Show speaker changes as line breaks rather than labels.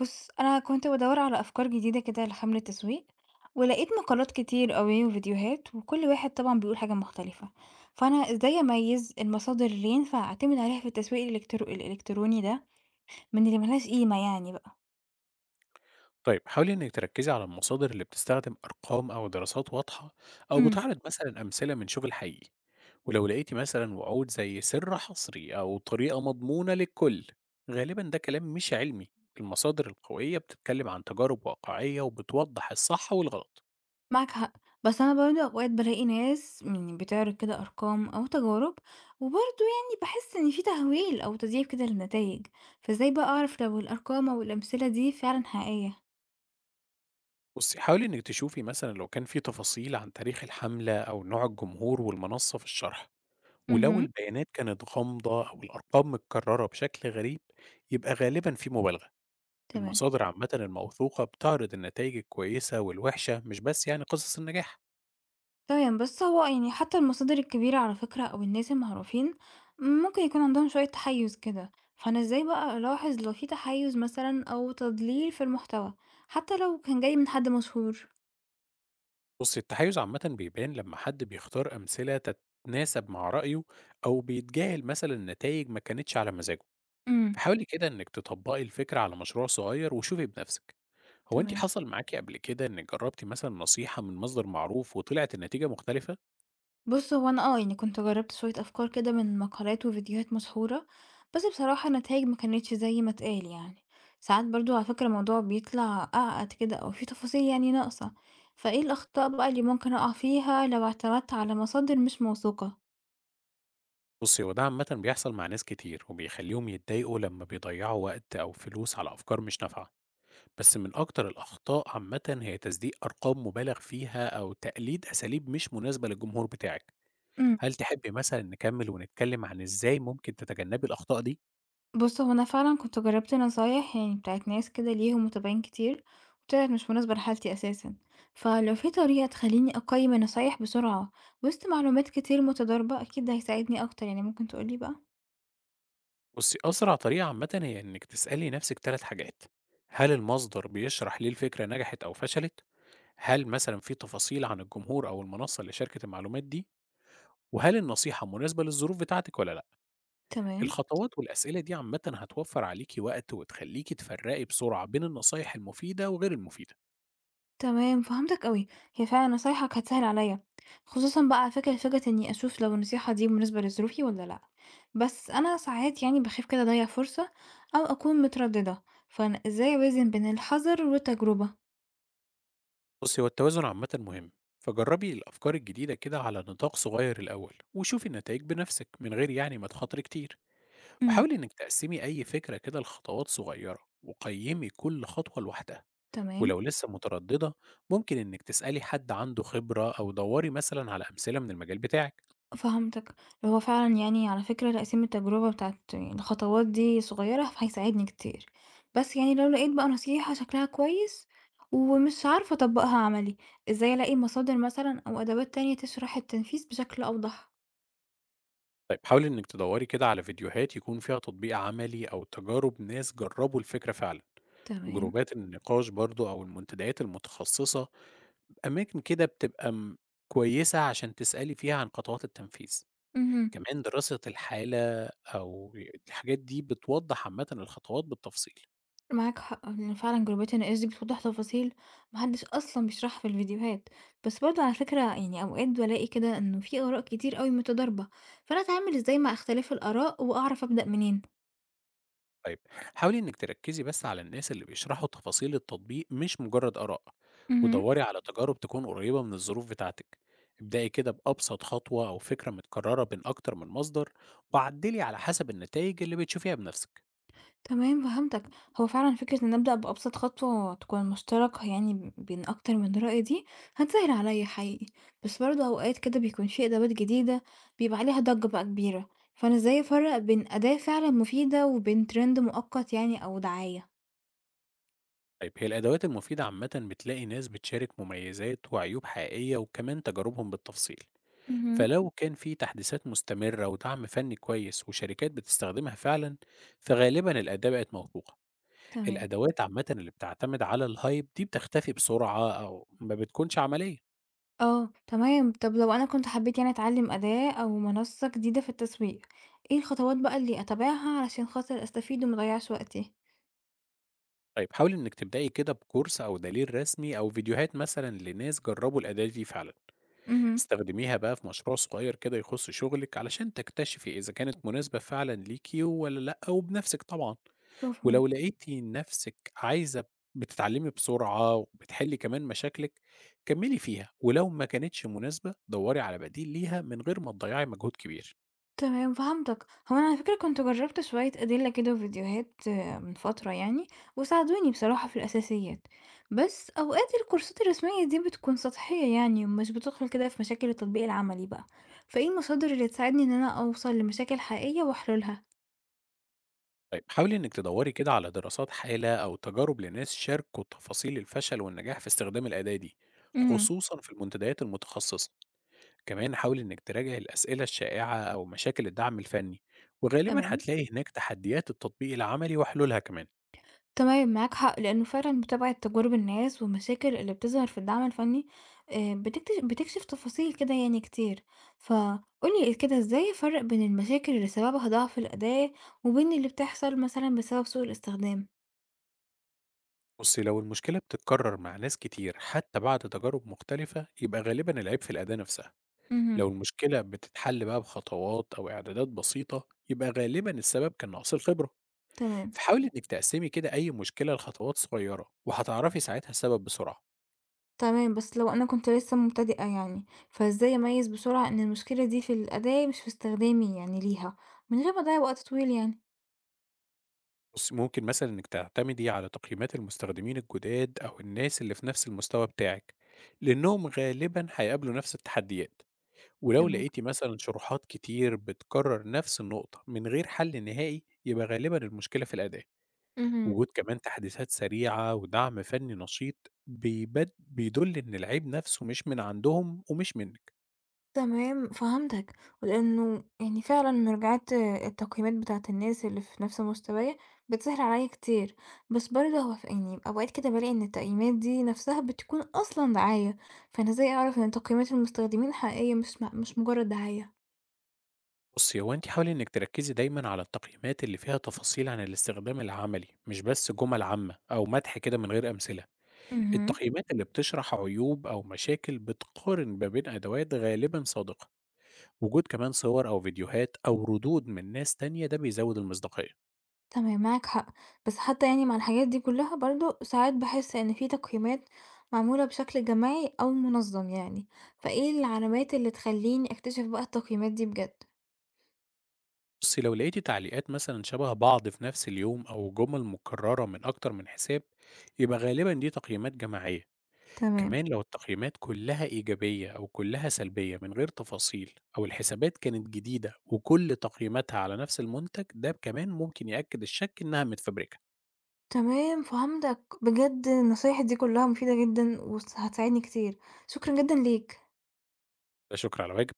بُص، أنا كنت بادوّر على أفكار جديدة كده لحملة تسويق، ولقيت مقالات كتير أوي وفيديوهات، وكل واحد طبعًا بيقول حاجة مختلفة، فأنا إزاي أميّز المصادر اللي ينفع أعتمد عليها في التسويق الإلكتروني ده من اللي ما لهاش قيمة يعني بقى؟
طيب حاولي إنِك تركزي على المصادر اللي بتستخدم أرقام أو دراسات واضحة أو
إمم،
بتعرض مثلا أمثلة من شغل حقيقي. ولو لقيتي مثلا وعود زي سر حصري أو طريقة مضمونة للكل، غالبا ده كلام مش علمي. المصادر القوية بتتكلم عن تجارب واقعية وبتوضح الصح والغلط.
معاك حق، بس أنا برضه أوقات بالاقي ناس يعني بتعرض كده أرقام أو تجارب، وبرضه يعني باحس إن في تهويل أو تضييع كده للنتايج، فإزاي بقى أعرف لو الأرقام أو الأمثلة دي فعلًا حقيقية؟
بصي حاولي إنك تشوفي مثلا لو كان في تفاصيل عن تاريخ الحملة أو نوع الجمهور والمنصة في الشرح، ولو
اهم،
البيانات كانت غامضة أو الأرقام متكررة بشكل غريب يبقى غالبا في مبالغة.
تمام.
المصادر عامة الموثوقة بتعرض النتائج الكويسة والوحشة، مش بس يعني قصص النجاح.
تمام، بص هو يعني حتى المصادر الكبيرة على فكرة أو الناس المعروفين ممكن يكون عندهم شوية تحيز كده، فأنا ازاي بقى ألاحظ لو في تحيز مثلا أو تضليل في المحتوى حتى لو كان جاي من حد مشهور.
بص التحيز عامة بيبان لما حد بيختار أمثلة تتناسب مع رأيه، أو بيتجاهل مثلا نتائج ما كانتش على مزاجه.
امم،
فحاولي كده إنك تطبقي الفكرة على مشروع صغير وشوفي بنفسك. هو أنت
تمام،
حصل معاكي قبل كده إنك جربتي مثلا نصيحة من مصدر معروف وطلعت النتيجة مختلفة؟
بص هو أنا يعني كنت جربت شوية أفكار كده من مقالات وفيديوهات مشهورة، بس بصراحة النتايج ما كانتش زي ما اتقال يعني. ساعات برضو على فكرة الموضوع بيطلع أعقد كده أو في تفاصيل يعني ناقصة، فايه الأخطاء بقى اللي ممكن أقع فيها لو اعتمدت على مصادر مش موثوقة؟
بصي هو ده عامة بيحصل مع ناس كتير وبيخليهم يتضايقوا لما بيضيعوا وقت أو فلوس على أفكار مش نافعة. بس من أكتر الأخطاء عامةً هي تصديق أرقام مُبالغ فيها أو تقليد أساليب مش مناسبة للجمهور بتاعِك.
إمم.
هل تحبّي مثلًا نكمّل ونتكلّم عن إزاي ممكن تتجنّبي الأخطاء دي؟
بُص، هو أنا فعلًا كنت جرّبت نصايح يعني بتاعة ناس كده ليهم متابعين كتير، وطلعت مش مناسبة لحالتي أساسًا. فلو في طريقة تخلّيني أقيّم النصايح بسرعة وسط معلومات كتير متضاربة، أكيد ده هيساعدني أكتر، يعني ممكن تقول لي بقى؟
بُصّي، أسرع طريقة عامةً هي إنِّك تسألي نَفْسِك 3 حاجات، هل المصدر بيشرح ليه الفكرة نجحت أو فشلت؟ هل مثلًا في تفاصيل عن الجمهور أو المنصّة اللي شاركت المعلومات دي؟ وهل النصيحة مناسبة للظروف بتاعتِك والّا لأ؟
تمام،
الخطوات والأسئلة دي عامةً هتوفّر عليكِ وقت وتخلّيكِ تفرّقي بسرعة بين النصايح المفيدة وغير المفيدة.
تمام، فهمتك أوي. هي فعلًا نصايحك هتسهِّل عليّا، خصوصًا بقى على فكرة فكرة إني أشوف لو النصيحة دي مناسبة لظروفي والّا لأ. بس أنا ساعات يعني باخاف كده أضيّع فرصة أو أكون متردّدة، فأنا إزاي أوازن بين الحذر والتجربة؟
بصي هو التوازن عامة مهم، فجربي الأفكار الجديدة كده على نطاق صغير الأول وشوفي النتائج بنفسك من غير يعني ما تخاطري كتير.
إمم،
وحاولي إنك تقسمي أي فكرة كده لخطوات صغيرة وقيمي كل خطوة لوحدها.
تمام.
ولو لسه مترددة ممكن إنك تسألي حد عنده خبرة أو دوري مثلا على أمثلة من المجال بتاعك.
فهمتك. هو فعلًا يعني على فكرة تقسيم التجربة بتاعة الخطوات دي صغيرة فهيساعدني كتير. بس يعني لو لقيت بقى نصيحة شكلها كويس ومش عارفة أطبّقها عملي، إزاي ألاقي مصادر مثلًا أو أدوات تانية تشرح التنفيذ بشكل أوضح؟
طيب حاولي إنك تدوري كده على فيديوهات يكون فيها تطبيق عملي أو تجارب ناس جربوا الفكرة فعلا.
تمام.
جروبات النقاش برضو أو المنتديات المتخصصة، أماكن كده بتبقى كويسة عشان تسألي فيها عن خطوات التنفيذ،
اهم.
كمان دراسة الحالة أو الحاجات دي بتوضّح عامةً الخطوات بالتفصيل.
معاك حق، لإن فعلًا جروبات الناس دي بتوضح تفاصيل ما حدش أصلًا بيشرحها في الفيديوهات. بس برضه على فكرة يعني أوقات بالاقي كده إنه في آراء كتير أوي متضاربة، فأنا أتعامل إزاي مع اختلاف الآراء وأعرف أبدأ منين؟
طيب حاولي إنِّك تركّزي بس على الناس اللي بيشرحوا تفاصيل التطبيق مش مجرد آراء،
اهم.
ودوّري على تجارب تكون قريبة من الظروف بتاعتك. ابدئي كده بأبسط خطوة أو فكرة متكررة بين أكتر من مصدر، وعدّلي على حسب النتايج اللي بتشوفيها بنفسِك.
تمام، فهمتك. هو فعلًا فكرة إن أبدأ بأبسط خطوة تكون مشتركة يعني بين أكتر من رأي دي هتسهل عليّا حقيقي، بس برضه أوقات كده بيكون في أدوات جديدة بيبقى عليها ضجة بقى كبيرة، فأنا إزاي أفرّق بين أداة فعلًا مفيدة وبين trend مؤقت يعني أو دعاية؟
طيب هي الأدوات المفيدة عامة بتلاقي ناس بتشارك مميزات وعيوب حقيقية وكمان تجاربهم بالتفصيل.
اهم،
فلو كان في تحديثات مستمرة ودعم فني كويس وشركات بتستخدمها فعلا، فغالبا الأداة بقت موثوقة.
تمام.
الأدوات عامة اللي بتعتمد على الهايب دي بتختفي بسرعة أو ما بتكونش عملية.
آه، تمام. طب لو أنا كنت حبيت يعني أتعلم أداة أو منصة جديدة في التسويق، إيه الخطوات بقى اللي أتابعها علشان خاطر أستفيد وما أضيّعش وقتي؟
طيب حاولي إنك تبدأي كده بكورس أو دليل رسمي أو فيديوهات مثلا لناس جربوا الأداة دي فعلا.
اهم،
استخدميها بقى في مشروع صغير كده يخص شغلك علشان تكتشفي إذا كانت مناسبة فعلا ليكي ولا لأ وبنفسك طبعا.
مفهوم.
ولو لقيتي نفسك عايزة بتتعلمي بسرعة وبتحلي كمان مشاكلك كملي فيها، ولو ما كانتش مناسبة دوري على بديل ليها من غير ما تضيعي مجهود كبير.
تمام، فهمتك. هو انا على فكره كنت جربت شويه ادله كده وفيديوهات من فتره يعني، وساعدوني بصراحه في الاساسيات، بس اوقات الكورسات الرسميه دي بتكون سطحيه يعني ومش بتدخل كده في مشاكل التطبيق العملي بقى، فايه المصادر اللي تساعدني ان انا اوصل لمشاكل حقيقيه واحللها؟
طيب حاولي انك تدوري كده على دراسات حالة او تجارب لناس شاركوا تفاصيل الفشل والنجاح في استخدام الأداة دي،
امم،
خصوصا في المنتديات المتخصصة. كمان حاول إنك تراجع الأسئلة الشائعة أو مشاكل الدعم الفني، وغالبا
تمام.
هتلاقي هناك تحديات التطبيق العملي وحلولها كمان.
تمام، معاك حق لأنه فعلا متابعة تجارب الناس والمشاكل اللي بتظهر في الدعم الفني بتكشف تفاصيل كده يعني كتير. فقولي كده ازاي أفرق بين المشاكل اللي سببها ضعف الأداء وبين اللي بتحصل مثلا بسبب سوء الاستخدام؟
بصي لو المشكلة بتتكرر مع ناس كتير حتى بعد تجارب مختلفة يبقى غالبا العيب في الأداة نفسها. لو
امم،
المشكلة بتتحل بقى بخطوات أو إعدادات بسيطة يبقى غالبا السبب كان نقص الخبرة.
تمام.
فحاولي إنك تقسمي كده أي مشكلة لخطوات صغيرة وهتعرفي ساعتها السبب بسرعة.
تمام، بس لو أنا كنت لسه مبتدئة يعني فازاي أميز بسرعة إن المشكلة دي في الأداء مش في استخدامي يعني ليها، من غير ما أضيع وقت طويل يعني؟
بُصّي، ممكن مثلًا إنِّك تعتمدي على تقييمات المستخدمين الجداد أو الناس اللي في نفس المستوى بتاعِك، لإنّهم غالبًا هيقابلوا نفس التحديات، ولو
تمام.
لقيتِ مثلًا شروحات كتير بتكرر نفس النقطة من غير حل نهائي، يبقى غالبًا المشكلة في الأداء.
مهم.
وجود كمان تحديثات سريعة ودعم فني نشيط بيدل إن العيب نفسه مش من عندهم ومش منِّك.
تمام، فهمتك، لإنه يعني فعلًا مراجعة التقييمات بتاعة الناس اللي في نفس مستوايا بتسهل عليَّ كتير، بس برضه هو يعني أوقات كده بالاقي إن التقييمات دي نفسها بتكون أصلًا دعاية، فأنا إزاي أعرف إن تقييمات المستخدمين حقيقية مش مجرد دعاية؟
بُصّي، هو أنتِ حاولي إنِّك تركّزي دايمًا على التقييمات اللي فيها تفاصيل عن الاستخدام العملي، مش بس جُمل عامة أو مدح كده من غير أمثلة.
اهم،
التقييمات اللي بتشرح عيوب أو مشاكل بتقارن ما بين أدوات غالبا صادقة. وجود كمان صور أو فيديوهات أو ردود من ناس تانية ده بيزود المصداقية.
تمام، معاك حق، بس حتى يعني مع الحاجات دي كلها برضه ساعات باحس إن في تقييمات معمولة بشكل جماعي أو منظم يعني، فإيه العلامات اللي تخليني أكتشف بقى التقييمات دي بجد؟
بس لو لقيتي تعليقات مثلا شبه بعض في نفس اليوم أو جمل مكررة من أكتر من حساب يبقى غالبا دي تقييمات جماعية.
تمام.
كمان لو التقييمات كلها إيجابية أو كلها سلبية من غير تفاصيل أو الحسابات كانت جديدة وكل تقييماتها على نفس المنتج، ده كمان ممكن يأكد الشك إنها متفبركة.
تمام، فهمتك، بجد النصايح دي كلها مفيدة جدًا هتساعدني كتير، شكرًا جدًا ليك.
لا شكر على واجب.